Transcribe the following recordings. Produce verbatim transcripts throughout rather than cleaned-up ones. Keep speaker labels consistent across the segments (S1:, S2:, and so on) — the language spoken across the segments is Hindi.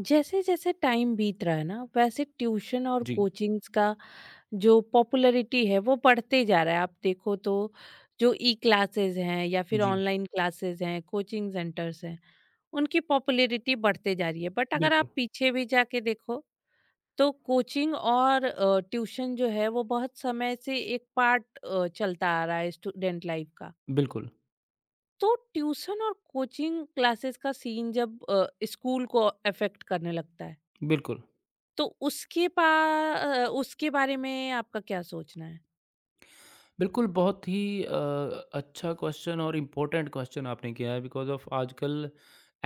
S1: जैसे जैसे टाइम बीत रहा है ना वैसे ट्यूशन और
S2: जी।
S1: कोचिंग्स का जो पॉपुलैरिटी है वो बढ़ते जा रहा है। आप देखो तो जो ई क्लासेस हैं या फिर
S2: जी।
S1: ऑनलाइन क्लासेस हैं, कोचिंग सेंटर्स हैं, उनकी पॉपुलैरिटी बढ़ते जा रही है। बट अगर
S2: बिल्कुल,
S1: आप पीछे भी जाके देखो तो कोचिंग और ट्यूशन जो है वो बहुत समय से एक पार्ट चलता आ रहा है स्टूडेंट लाइफ का।
S2: बिल्कुल,
S1: तो ट्यूशन और कोचिंग क्लासेस का सीन जब स्कूल को अफेक्ट करने लगता है
S2: बिल्कुल।
S1: तो उसके पा अ, उसके बारे में आपका क्या सोचना है?
S2: बिल्कुल, बहुत ही अ, अच्छा क्वेश्चन और इम्पोर्टेंट क्वेश्चन आपने किया है बिकॉज़ ऑफ़ आजकल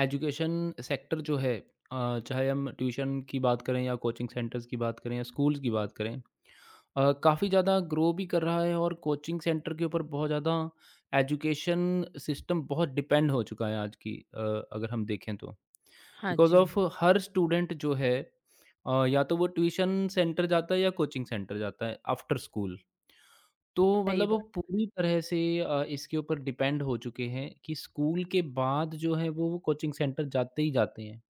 S2: एजुकेशन सेक्टर जो है, अ, चाहे हम ट्यूशन की बात करें या कोचिंग सेंटर्स की बात करें या स्कूल्स की बात करें। अ, काफ़ी ज़्यादा ग्रो भी कर रहा है और कोचिंग सेंटर के ऊपर बहुत ज़्यादा एजुकेशन सिस्टम बहुत डिपेंड हो चुका है आज की, अ, अगर हम देखें तो।
S1: हाँ
S2: बिकॉज़
S1: जी।
S2: ऑफ़ हर स्टूडेंट जो है, अ, या तो वो ट्यूशन सेंटर जाता है या कोचिंग सेंटर जाता है आफ्टर स्कूल। तो
S1: सही
S2: मतलब वो
S1: बात।
S2: पूरी तरह से अ, इसके ऊपर डिपेंड हो चुके हैं कि स्कूल के बाद जो है वो वो कोचिंग सेंटर जाते ही जाते हैं।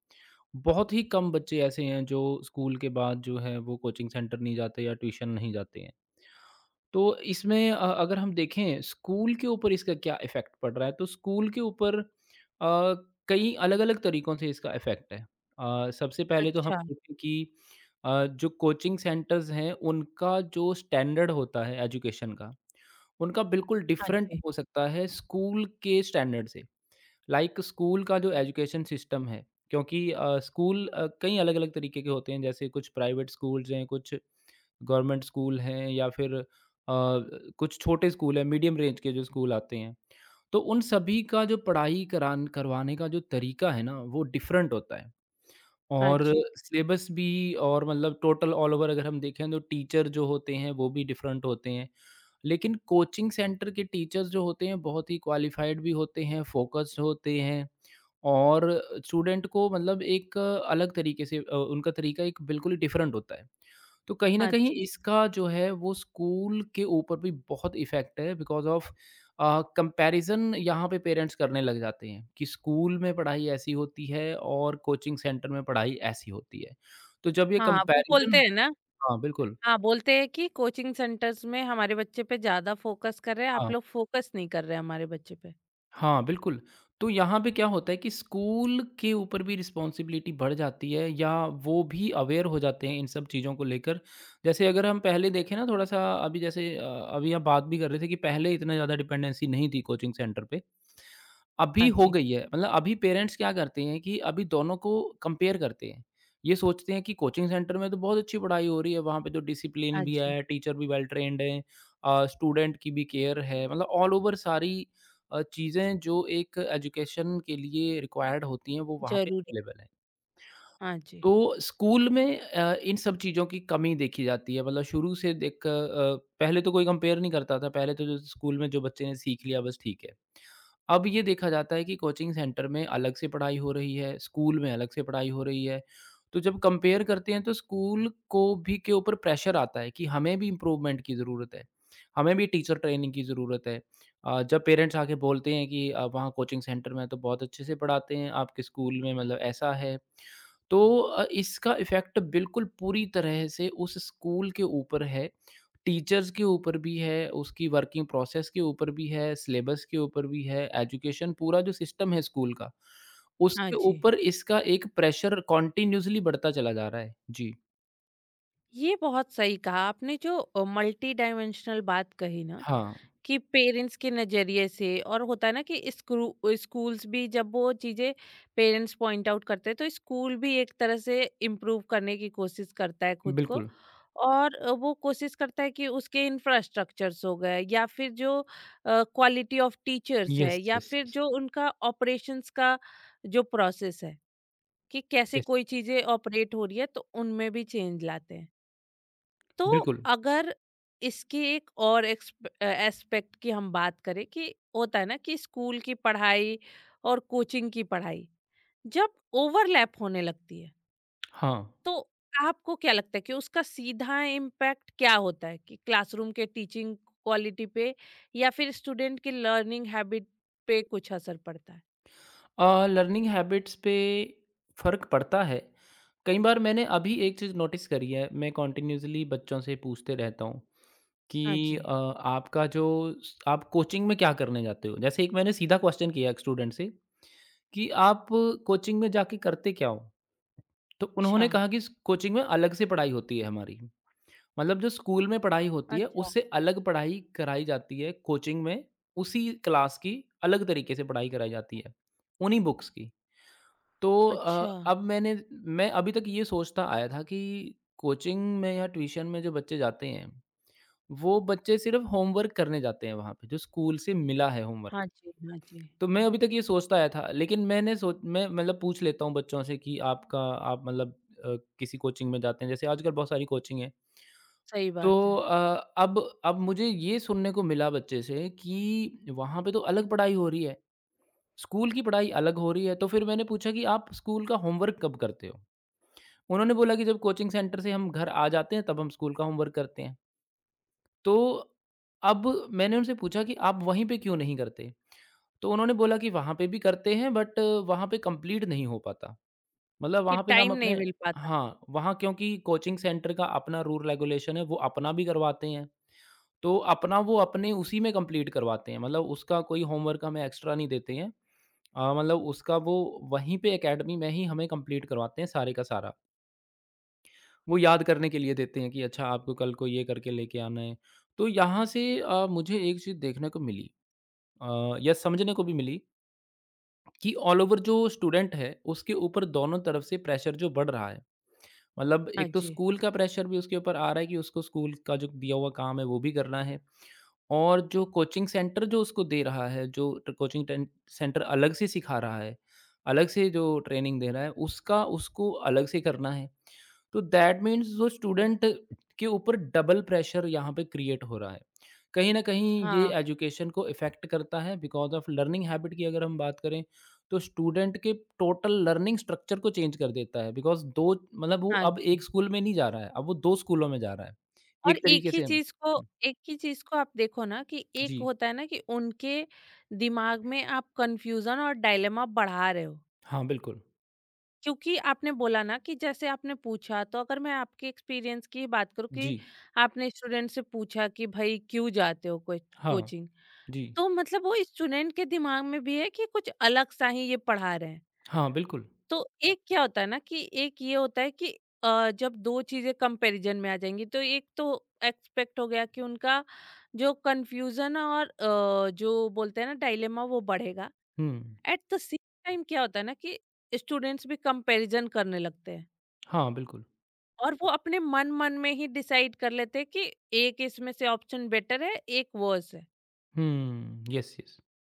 S2: बहुत ही कम बच्चे ऐसे हैं जो स्कूल के बाद जो है वो कोचिंग सेंटर नहीं जाते या ट्यूशन नहीं जाते हैं। तो इसमें अ, अगर हम देखें स्कूल के ऊपर इसका क्या इफ़ेक्ट पड़ रहा है, तो स्कूल के ऊपर अ, कई अलग-अलग तरीकों से इसका इफ़ेक्ट है। अ, सबसे पहले तो हम
S1: अच्छा।
S2: देखें कि अ, जो कोचिंग सेंटर्स हैं, उनका जो स्टैंडर्ड होता है एजुकेशन का, उनका बिल्कुल
S1: हाँ
S2: डिफरेंट
S1: जी।
S2: हो सकता है स्कूल के स्टैंडर्ड से। लाइक स्कूल का जो एजुकेशन सिस्टम है, क्योंकि अ, स्कूल अ, कई अलग-अलग तरीके के होते हैं, जैसे कुछ प्राइवेट स्कूल्स हैं, कुछ गवर्नमेंट स्कूल हैं या फिर अ, कुछ छोटे स्कूल हैं, मीडियम रेंज के जो स्कूल आते हैं। तो उन सभी का जो पढ़ाई करान करवाने का जो तरीका है ना, वो डिफरेंट होता है
S1: हाँ
S2: और
S1: जी।
S2: सिलेबस भी और मतलब टोटल ऑल ओवर अगर हम देखें तो टीचर जो होते हैं, वो भी डिफरेंट होते हैं। लेकिन कोचिंग सेंटर के टीचर्स जो होते हैं, बहुत ही क्वालिफ़ाइड भी होते हैं, फ़ोकस्ड होते हैं। और स्टूडेंट को मतलब एक अलग तरीके से अ, उनका तरीका एक बिल्कुल ही डिफरेंट होता है। तो कहीं न
S1: हाँ
S2: कहीं
S1: जी।
S2: इसका जो है वो स्कूल के ऊपर भी बहुत इफ़ेक्ट है बिकॉज़ ऑफ अ, कंपैरिज़न यहाँ पे पेरेंट्स करने लग जाते हैं कि स्कूल में पढ़ाई ऐसी होती है और कोचिंग सेंटर में पढ़ाई ऐसी होती है। तो जब ये
S1: हाँ, वो बोलते
S2: कंपैरिज़न।
S1: हैं ना।
S2: हाँ, बिल्कुल।
S1: हाँ, बोलते हैं कि कोचिंग सेंटर्स में हमारे बच्चे पे ज़्यादा फ़ोकस कर रहे हैं, आप
S2: हाँ।
S1: लोग फ़ोकस नहीं कर रहे हमारे बच्चे पे।
S2: हाँ, बिल्कुल। तो यहाँ पे क्या होता है कि स्कूल के ऊपर भी रिस्पॉन्सिबिलिटी बढ़ जाती है या वो भी अवेयर हो जाते हैं इन सब चीज़ों को लेकर। जैसे अगर हम पहले देखें ना थोड़ा-सा अभी जैसे अ, अभी आप बात भी कर रहे थे कि पहले इतना ज़्यादा डिपेंडेंसी नहीं थी कोचिंग सेंटर पे। अभी
S1: हाँ
S2: हो
S1: जी।
S2: गई है मतलब अभी पेरेंट्स क्या करते हैं कि अभी दोनों को कंपेयर करते हैं। ये सोचते हैं कि कोचिंग सेंटर में तो बहुत अच्छी पढ़ाई हो रही है, वहाँ पे तो डिसिप्लिन
S1: हाँ
S2: भी
S1: जी।
S2: है, टीचर भी वेल ट्रेन्ड हैं, अ, स्टूडेंट की भी केयर है। मतलब ऑल ओवर सारी अ, चीज़ें जो एक एजुकेशन के लिए रिक्वायर्ड होती हैं वो वहाँ पे
S1: ज़रूरी।
S2: अवेलेबल हैं।
S1: हाँ जी।
S2: तो स्कूल में अ, इन सब चीज़ों की कमी देखी जाती है मतलब शुरू से देख अ, पहले तो कोई कंपेयर नहीं करता था, पहले तो जो स्कूल में जो बच्चे ने सीख लिया बस ठीक है। अब ये देखा जाता है कि कोचिंग सेंटर में अलग से पढ़ाई हो रही है, स्कूल में अलग से पढ़ाई हो रही है। तो जब कंपेयर करते हैं तो स्कूल को भी के ऊपर प्रेशर आता है कि हमें भी इम्प्रूवमेंट की ज़रूरत है, हमें भी टीचर ट्रेनिंग की ज़रूरत है। अ, जब पेरेंट्स आके बोलते हैं कि अ, वहाँ कोचिंग सेंटर में तो बहुत अच्छे से पढ़ाते हैं, आपके स्कूल में मतलब ऐसा है। तो अ, इसका इफ़ेक्ट बिल्कुल पूरी तरह से उस स्कूल के ऊपर है, टीचर्स के ऊपर भी है, उसकी वर्किंग प्रोसेस के ऊपर भी है, सिलेबस के ऊपर भी है, एजुकेशन पूरा जो सिस्टम है स्कूल का,
S1: हाँ
S2: उसके
S1: जी।
S2: ऊपर इसका एक प्रेशर कंटीन्यूअसली बढ़ता चला जा रहा है। जी।
S1: ये बहुत सही कहा आपने जो अ, मल्टी डाइमेंशनल बात कही ना
S2: हाँ,
S1: कि पेरेंट्स के नज़रिए से। और होता है ना कि स्क्रू स्कूल्स भी जब वो चीज़ें पेरेंट्स पॉइंट आउट करते हैं तो स्कूल भी एक तरह से इम्प्रूव करने की कोशिश करता है खुद को।
S2: बिल्कुल।
S1: और अ, वो कोशिश करता है कि उसके इंफ्रास्ट्रक्चर्स हो गए या फिर जो क्वालिटी ऑफ टीचर्स है
S2: यस,
S1: या
S2: यस,
S1: फिर
S2: यस,
S1: जो उनका ऑपरेशंस का जो प्रोसेस है कि कैसे
S2: यस।
S1: कोई चीज़ें ऑपरेट हो रही है तो उनमें भी चेंज लाते हैं। तो
S2: बिल्कुल,
S1: अगर इसके एक और एस्पेक्ट की हम बात करें कि होता है ना कि स्कूल की पढ़ाई और कोचिंग की पढ़ाई जब ओवरलैप होने लगती है,
S2: हाँ।
S1: तो आपको क्या लगता है कि उसका सीधा इम्पैक्ट क्या होता है कि क्लासरूम के टीचिंग क्वालिटी पे या फिर स्टूडेंट की लर्निंग हैबिट पे कुछ असर पड़ता है?
S2: अ, लर्निंग हैबिट्स पे फ़र्क पड़ता है। कई बार मैंने अभी एक चीज़ नोटिस करी है, मैं कंटिन्यूअसली बच्चों से पूछते रहता हूँ कि
S1: हाँ जी।
S2: अ, आपका जो स आप कोचिंग में क्या करने जाते हो? जैसे एक मैंने सीधा क्वेश्चन किया एक स्टूडेंट से कि आप कोचिंग में जाके करते क्या हो? तो
S1: अच्छा।
S2: उन्होंने कहा कि स कोचिंग में अलग से पढ़ाई होती है हमारी। मतलब जो स्कूल में पढ़ाई होती है,
S1: अच्छा।
S2: उससे अलग पढ़ाई कराई जाती है कोचिंग में, उसी क्लास की अलग तरीके से पढ़ाई कराई जाती है, उन्हीं बुक्स की। तो अ,
S1: अच्छा।
S2: अब मैंने मैं अभी तक ये सोचता आया था कि कोचिंग में या ट्यूशन में जो बच्चे जाते हैं, वो बच्चे सिर्फ़ होमवर्क करने जाते हैं वहाँ पे, जो स्कूल से मिला है होमवर्क।
S1: हाँ जी। हाँ जी।
S2: तो मैं अभी तक ये सोचता आया था, लेकिन मैंने सोच मैं मतलब पूछ लेता हूँ बच्चों से कि आपका आप मतलब अ, किसी कोचिंग में जाते हैं, जैसे आजकल बहुत सारी कोचिंग है।
S1: सही
S2: तो
S1: बात है।
S2: अ, अब अब मुझे ये सुनने को मिला बच्चे से कि वहाँ पे तो अलग पढ़ाई हो रही है, स्कूल की पढ़ाई अलग हो रही है। तो फिर मैंने पूछा कि आप स्कूल का होमवर्क कब करते हो? उन्होंने बोला कि जब कोचिंग सेंटर से हम घर आ जाते हैं तब हम स्कूल का होमवर्क करते हैं। तो अब मैंने उनसे पूछा कि आप वहीं पे क्यों नहीं करते? तो उन्होंने बोला कि वहाँ पे भी करते हैं बट वहाँ पे कंप्लीट नहीं हो पाता। मतलब
S1: कि
S2: वहाँ पे हम
S1: टाइम
S2: अपने।
S1: नहीं मिल पाता।
S2: हाँ, वहाँ क्योंकि कोचिंग सेंटर का अपना रूल रेगुलेशन है, वो अपना भी करवाते हैं। तो अपना वो अपने उसी में कंप्लीट करवाते हैं, मतलब उसका कोई होमवर्क हमें एक्स्ट्रा नहीं देते हैं। अ, मतलब उसका वो वहीं पे अकेडमी में ही हमें कंप्लीट करवाते हैं सारे का सारा। वो याद करने के लिए देते हैं कि अच्छा आपको कल को ये करके लेके आना है। तो यहाँ से अ, मुझे एक चीज़ देखने को मिली अ, या समझने को भी मिली कि ऑल ओवर जो स्टूडेंट है, उसके ऊपर दोनों तरफ से प्रेशर जो बढ़ रहा है। मतलब
S1: हाँ
S2: एक तो
S1: जी।
S2: स्कूल का प्रेशर भी उसके ऊपर आ रहा है कि उसको स्कूल का जो दिया हुआ काम है वो भी करना है और जो कोचिंग सेंटर जो उसको दे रहा है, जो ट कोचिंग टेन सेंटर अलग से सिखा रहा है, अलग से जो ट्रेनिंग दे रहा है, उसका उसको अलग से करना है। तो दैट मीन्स जो स्टूडेंट के ऊपर डबल प्रेशर यहाँ पे क्रिएट हो रहा है। कहीं न कहीं ये
S1: हाँ।
S2: एजुकेशन को इफ़ेक्ट करता है बिकॉज़ ऑफ़ लर्निंग हैबिट की अगर हम बात करें, तो स्टूडेंट के टोटल लर्निंग स्ट्रक्चर को चेंज कर देता है बिकॉज़ दो मतलब वो
S1: हाँ
S2: अब एक
S1: जी।
S2: स्कूल में नहीं जा रहा है, अब वो दो स्कूलों में जा रहा है।
S1: और
S2: एक
S1: एक
S2: तरीके
S1: ही
S2: से हम।
S1: चीज़ को,
S2: हुँ।
S1: एक ही चीज़ को आप देखो ना कि एक
S2: जी।
S1: होता है ना कि उनके दिमाग में आप कन्फ्यूज़न और डायलेमा बढ़ा रहे हो।
S2: हाँ, बिल्कुल।
S1: क्योंकि आपने बोला ना कि जैसे आपने पूछा, तो अगर मैं आपके एक्सपीरियंस की बात करूँ
S2: जी।
S1: कि आपने स्टूडेंट से पूछा कि भई क्यों जाते हो कोच
S2: हाँ,
S1: कोचिंग?
S2: जी।
S1: तो मतलब वो स्टूडेंट के दिमाग में भी है कि कुछ अलग-सा ही ये पढ़ा रहे हैं।
S2: हाँ, बिल्कुल।
S1: तो एक क्या होता है ना कि एक ये होता है कि अ, जब दो चीज़ें कंपैरिजन में आ जाएँगी तो एक तो एक्सपेक्ट हो गया कि उनका जो कन्फ्यूज़न और अ, जो बोलते हैं ना डायलेमा वो बढ़ेगा।
S2: हुँ।
S1: एट द सेम टाइम क्या होता है ना कि स्टूडेंट्स भी कंपैरिजन करने लगते हैं
S2: हाँ, बिल्कुल।
S1: और वो अपने मन-मन में ही डिसाइड कर लेते हैं कि एक इसमें से ऑप्शन बेटर है, एक वर्स है।
S2: हुँ, येस, येस।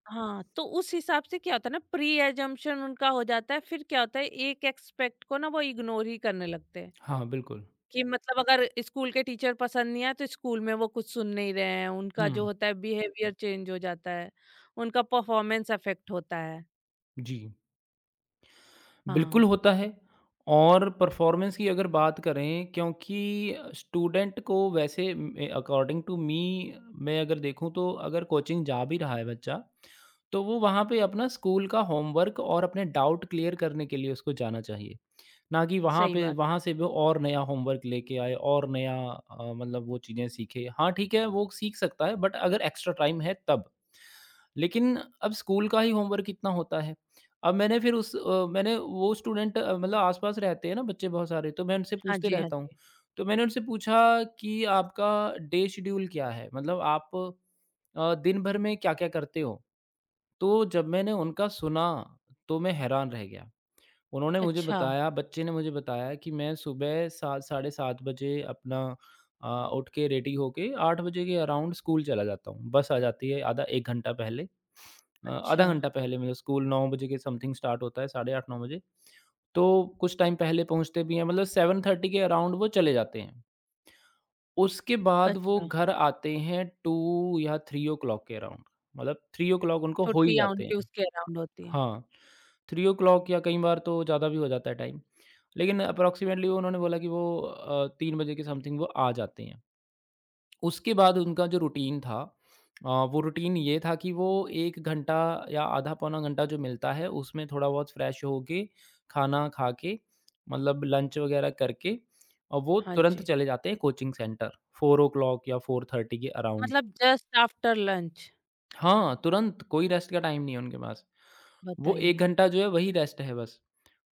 S1: हाँ, तो उस हिसाब से क्या होता है ना, प्री-असम्पशन उनका हो जाता है, फिर क्या होता है एक एक्सपेक्ट को ना वो इग्नोर ही करने लगते हैं।
S2: हाँ, बिल्कुल।
S1: कि मतलब अगर स्कूल के टीचर पसंद नहीं आए तो स्कूल में वो कुछ सुन नहीं रहे हैं, उनका जो
S2: हुँ,
S1: होता है बिहेवियर चेंज हो जाता है, उनका परफॉर्मेंस अफेक्ट होता है।
S2: जी। बिल्कुल
S1: हाँ,
S2: होता है और परफॉर्मेंस की अगर बात करें क्योंकि स्टूडेंट को वैसे अकॉर्डिंग टू मी मैं अगर देखूं तो अगर कोचिंग जा भी रहा है बच्चा तो वो वहाँ पे अपना स्कूल का होमवर्क और अपने डाउट क्लियर करने के लिए उसको जाना चाहिए, ना कि वहाँ
S1: सही
S2: पे
S1: बात है।
S2: वहाँ से वो और नया होमवर्क लेके आए और नया अ, मतलब वो चीज़ें सीखे। हाँ, ठीक है वो सीख सकता है बट अगर एक्स्ट्रा टाइम है तब। लेकिन अब स्कूल का ही होमवर्क इतना होता है। अब मैंने फिर उस अ, मैंने वो स्टूडेंट अ, मतलब आस-पास रहते हैं ना बच्चे बहुत सारे तो मैं उनसे
S1: हाँ
S2: पूछते
S1: जी। हाँ
S2: रहता हूँ।
S1: जी।
S2: तो मैंने उनसे पूछा कि आपका डे शेड्यूल क्या है? मतलब आप अ, दिन भर में क्या-क्या करते हो? तो जब मैंने उनका सुना तो मैं हैरान रह गया। उन्होंने मुझे
S1: अच्छा।
S2: बताया बच्चे ने मुझे बताया कि मैं सुबह सात साढ़े सात बजे अपना अ, उठ के रेडी होके आठ बजे के अराउंड स्कूल चला जाता हूँ। बस आ जाती है आधा एक घंटा पहले। अ, आधा
S1: अच्छा।
S2: घंटा पहले मतलब स्कूल नौ बजे के समथिंग स्टार्ट होता है, साढ़े आठ नौ बजे। तो कुछ टाइम पहले पहुँचते भी हैं, मतलब साढ़े सात के अराउंड वो चले जाते हैं। उसके बाद वो
S1: अच्छा।
S2: घर आते हैं दो या तीन ओ क्लॉक के अराउंड, मतलब तीन ओ क्लॉक उनको हो ही
S1: छुट्टियाँ
S2: जाते
S1: उनकी
S2: हैं।
S1: उसके अराउंड होती हैं।
S2: हाँ, तीन या कई बार तो ज़्यादा भी हो जाता है टाइम। लेकिन अप्रॉक्सिमेटली वो उन्होंने बोला कि वो अ, तीन बजे के समथिंग वो आ जाते हैं। उसके बाद उनका जो रूटीन था अ, वो रूटीन ये था कि वो एक घंटा या आधा पौना घंटा जो मिलता है, उसमें थोड़ा बहुत फ्रेश होके, खाना खा के, मतलब लंच वगैरह करके और वो
S1: हाँ
S2: तुरंत
S1: जी।
S2: चले जाते हैं कोचिंग सेंटर, चार या साढ़े चार के अराउंड।
S1: मतलब जस्ट आफ्टर लंच।
S2: हाँ, तुरंत कोई रेस्ट का टाइम नहीं है उनके पास। वो एक
S1: बताइए।
S2: घंटा जो है वही रेस्ट है बस।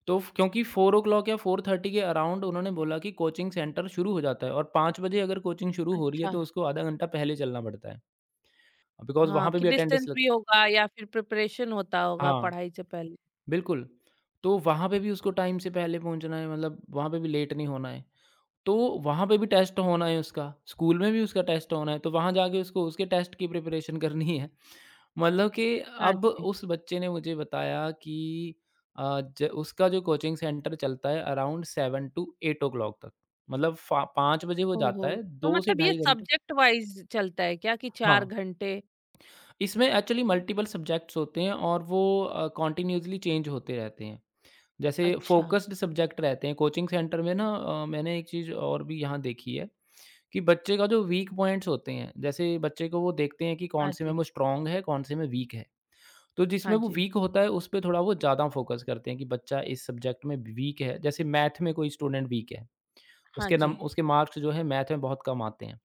S2: तो फ क्योंकि चार या साढ़े चार के अराउंड उन्होंने बोला कि कोचिंग सेंटर शुरू हो जाता है और पाँच बजे अगर कोचिंग शुरू हो रही है
S1: अच्छा।
S2: तो उसको आधा घंटा पहले चलना पड़ता है। बिकॉज़ वहाँ
S1: हाँ,
S2: पे
S1: कि
S2: भी अटेंडेंस
S1: डिस्टेंस
S2: लग
S1: भी होगा या फिर प्रिपरेशन होता होगा
S2: हाँ,
S1: पढ़ाई से पहले।
S2: बिल्कुल। तो वहाँ पे भी उसको टाइम से पहले पहुँचना है, मतलब वहाँ पे भी लेट नहीं होना है। तो वहाँ पे भी टेस्ट होना है उसका, स्कूल में भी उसका टेस्ट होना है, तो वहाँ जाके उसको उसके टेस्ट की प्रिपरेशन करनी है। मतलब कि
S1: हाँ
S2: अब
S1: जी।
S2: उस बच्चे ने मुझे बताया कि अ, ज उसका जो कोचिंग सेंटर चलता है अराउंड सात टू आठ ओ क्लॉक तक। मतलब फा पाँच बजे वो जाता
S1: ओहो!
S2: है,
S1: तो
S2: दो से
S1: मतलब ये
S2: ढाई घंटे।
S1: सब्जेक्ट वाइज़ चलता है क्या कि चार
S2: हाँ,
S1: घंटे।
S2: इसमें एक्चुअली मल्टीपल सब्जेक्ट्स होते हैं और वो अ, कंटीन्यूअसली चेंज होते रहते हैं। जैसे
S1: अच्छा।
S2: फ़ोकस्ड सब्जेक्ट रहते हैं, कोचिंग सेंटर में ना अ, मैंने एक चीज़ और भी यहाँ देखी है कि बच्चे का जो वीक पॉइंट्स होते हैं, जैसे बच्चे को वो देखते हैं कि
S1: हाँ
S2: कौन-से में
S1: जी।
S2: वो स्ट्रॉन्ग है, कौन-से में वीक है। तो
S1: हाँ
S2: जिसमें वो
S1: जी।
S2: वीक होता है, उस पे थोड़ा वो ज़्यादा फ़ोकस करते हैं कि बच्चा इस सब्जेक्ट में वीक है। जैसे मैथ में कोई स्टूडेंट वीक है,
S1: हाँ
S2: उसके
S1: जी।
S2: नम उसके मार्क्स जो है मैथ में बहुत कम आते हैं,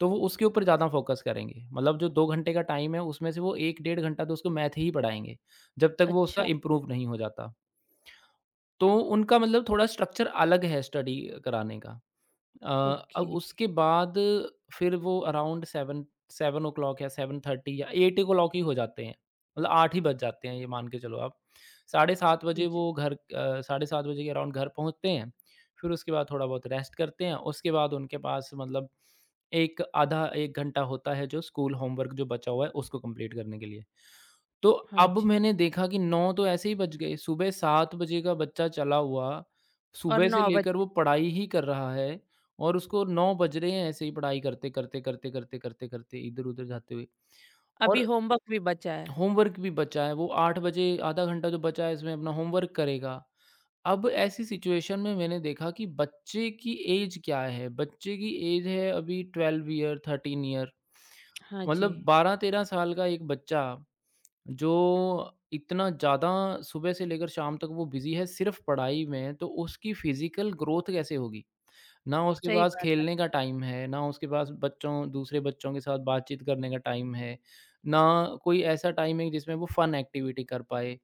S2: तो वो उसके ऊपर ज़्यादा फ़ोकस करेंगे। मतलब जो दो घंटे का टाइम है, उसमें से वो एक डेढ़ घंटा तो उसको मैथ ही पढ़ाएँगे, जब तक वो उसका
S1: अच्छा।
S2: इम्प्रूव नहीं हो जाता। तो उनका मतलब थोड़ा स्ट्रक्चर अलग है स्टडी कराने का। अ, अ,
S1: ओके।
S2: उसके बाद फिर वो अराउंड सात सात ओ क्लॉक या साढ़े सात या आठ ओ क्लॉक ही हो जाते हैं। मतलब आठ ही बज जाते हैं ये मान के चलो आप। साढ़े सात
S1: हाँ
S2: बजे
S1: जी।
S2: वो घर अ, साढ़े सात बजे के अराउंड घर पहुँचते हैं। फिर उसके बाद थोड़ा बहुत रेस्ट करते हैं। उसके बाद उनके पास मतलब एक आधा एक घंटा होता है जो स्कूल होमवर्क जो बचा हुआ है उसको कंप्लीट करने के लिए। तो
S1: हाँ
S2: अब
S1: जी।
S2: मैंने देखा कि नौ तो ऐसे ही बज गए, सुबह सात बजे का बच्चा चला हुआ,
S1: और
S2: सुबह से
S1: नौ
S2: लेकर
S1: बजे
S2: वो पढ़ाई ही कर रहा है और उसको नौ बज रहे हैं ऐसे ही पढ़ाई करते, करते, करते, करते, करते, करते इधर-उधर जाते हुए।
S1: अभी
S2: और
S1: होमवर्क भी बचा है।
S2: होमवर्क भी बचा है, वो आठ बजे आधा घंटा जो बचा है इसमें अपना होमवर्क करेगा। अब ऐसी सिचुएशन में मैंने देखा कि बच्चे की एज क्या है, बच्चे की एज है अभी ट्वेल्व ईयर, थर्टीन ईयर,
S1: हाँ जी।
S2: मतलब बारह तेरह साल का एक बच्चा जो इतना ज़्यादा सुबह से लेकर शाम तक वो बिज़ी है सिर्फ़ पढ़ाई में, तो उसकी फ़िज़िकल ग्रोथ कैसे होगी? ना उसके
S1: सही
S2: पास
S1: बात है।
S2: खेलने का टाइम है, ना उसके पास बच्चों दूसरे बच्चों के साथ बातचीत करने का टाइम है, ना कोई ऐसा टाइम है जिसमें वो फ़न एक्टिविटी कर पाए।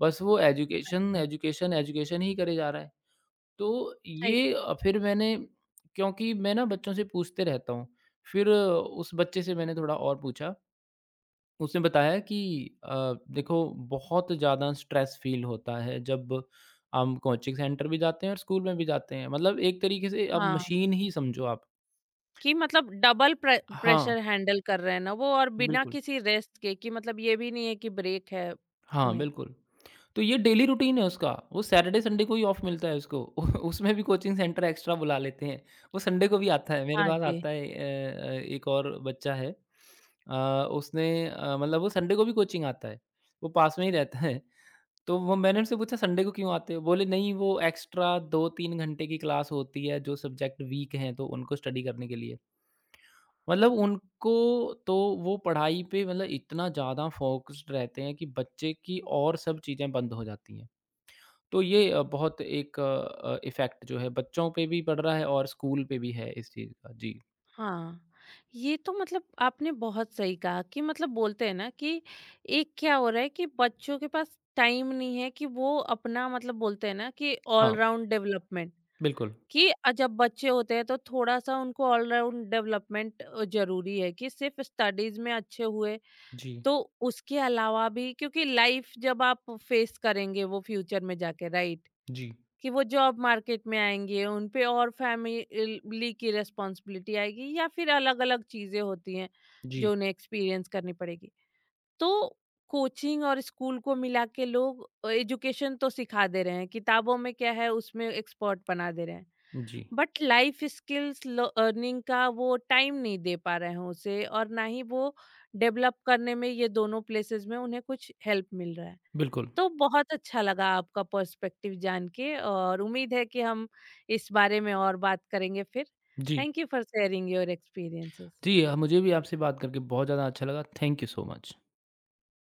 S2: बस वो एजुकेशन,
S1: आपकी,
S2: एजुकेशन, एजुकेशन ही करे जा रहा है। तो
S1: सही।
S2: ये अ, फिर मैंने, क्योंकि मैं ना बच्चों से पूछते रहता हूँ, फिर अ, उस बच्चे से मैंने थोड़ा और पूछा, उसने बताया कि अ, देखो बहुत ज़्यादा स्ट्रेस फ़ील होता है जब हम कोचिंग सेंटर भी जाते हैं और स्कूल में भी जाते हैं। मतलब एक तरीके से अब
S1: हाँ,
S2: मशीन ही समझो आप।
S1: कि मतलब डबल प्रे
S2: हाँ,
S1: प्रेशर हैंडल कर रहे हैं ना वो, और बिना
S2: बिल्कुल।
S1: किसी रेस्ट के कि मतलब ये भी नहीं है कि ब्रेक है
S2: हाँ,
S1: उन्हें।
S2: बिल्कुल। तो ये डेली रूटीन है उसका। वो सैटरडे, संडे को ही ऑफ मिलता है उसको। उ- उसमें भी कोचिंग सेंटर एक्स्ट्रा बुला लेते हैं। वो संडे को भी आता है, मेरे
S1: हाँ
S2: पास
S1: जी।
S2: आता है अ अ, एक और बच्चा है। अ, उसने अ, मतलब वो संडे को भी कोचिंग आता है। वो पास में ही रहता है। तो वो मैंने उनसे पूछा संडे को क्यों आते हो? बोले नहीं, वो एक्स्ट्रा दो तीन घंटे की क्लास होती है जो सब्जेक्ट वीक हैं तो उनको स्टडी करने के लिए। मतलब उनको तो वो पढ़ाई पे मतलब इतना ज़्यादा फ़ोकस्ड रहते हैं कि बच्चे की और सब चीज़ें बंद हो जाती हैं। तो ये अ, बहुत एक अ, इफ़ेक्ट जो है बच्चों पे भी पड़ रहा है और स्कूल पे भी है इस चीज़ का। जी।
S1: हाँ, ये तो मतलब आपने बहुत सही कहा कि मतलब बोलते हैं ना कि एक क्या हो रहा है कि बच्चों के पास टाइम नहीं है कि वो अपना मतलब बोलते हैं ना कि
S2: हाँ,
S1: ऑलराउंड डेवलपमेंट,
S2: बिल्कुल।
S1: कि अ, जब बच्चे होते हैं तो थोड़ा सा उनको ऑलराउंड डेवलपमेंट जरूरी है कि सिर्फ स्टडीज में अच्छे हुए।
S2: जी,
S1: तो उसके अलावा भी क्योंकि लाइफ जब आप फेस करेंगे वो फ्यूचर में जाके, राइट,
S2: जी,
S1: कि वो जॉब मार्केट में आएँगे, उन पे और फैमिली की रिस्पॉन्सिबिलिटी आएगी या फिर अलग-अलग चीज़ें होती हैं,
S2: जी,
S1: जो उन्हें एक्सपीरियंस करनी पड़ेगी। तो कोचिंग और स्कूल को मिला के लोग अ, एजुकेशन तो सिखा दे रहे हैं, किताबों में क्या है उसमें एक्सपर्ट बना दे रहे हैं।
S2: जी।
S1: बट लाइफ स्किल्स लर्निंग का वो टाइम नहीं दे पा रहे हैं उसे, और ना ही वो डेवलप करने में ये दोनों प्लेसेस में उन्हें कुछ हेल्प मिल रहा है।
S2: बिल्कुल।
S1: तो बहुत अच्छा लगा आपका पर्सपेक्टिव जान के, और उम्मीद है कि हम इस बारे में और बात करेंगे फिर।
S2: जी।
S1: Thank you for sharing your experiences.
S2: जी, अ, मुझे भी आपसे बात करके बहुत ज़्यादा अच्छा लगा। Thank you so much.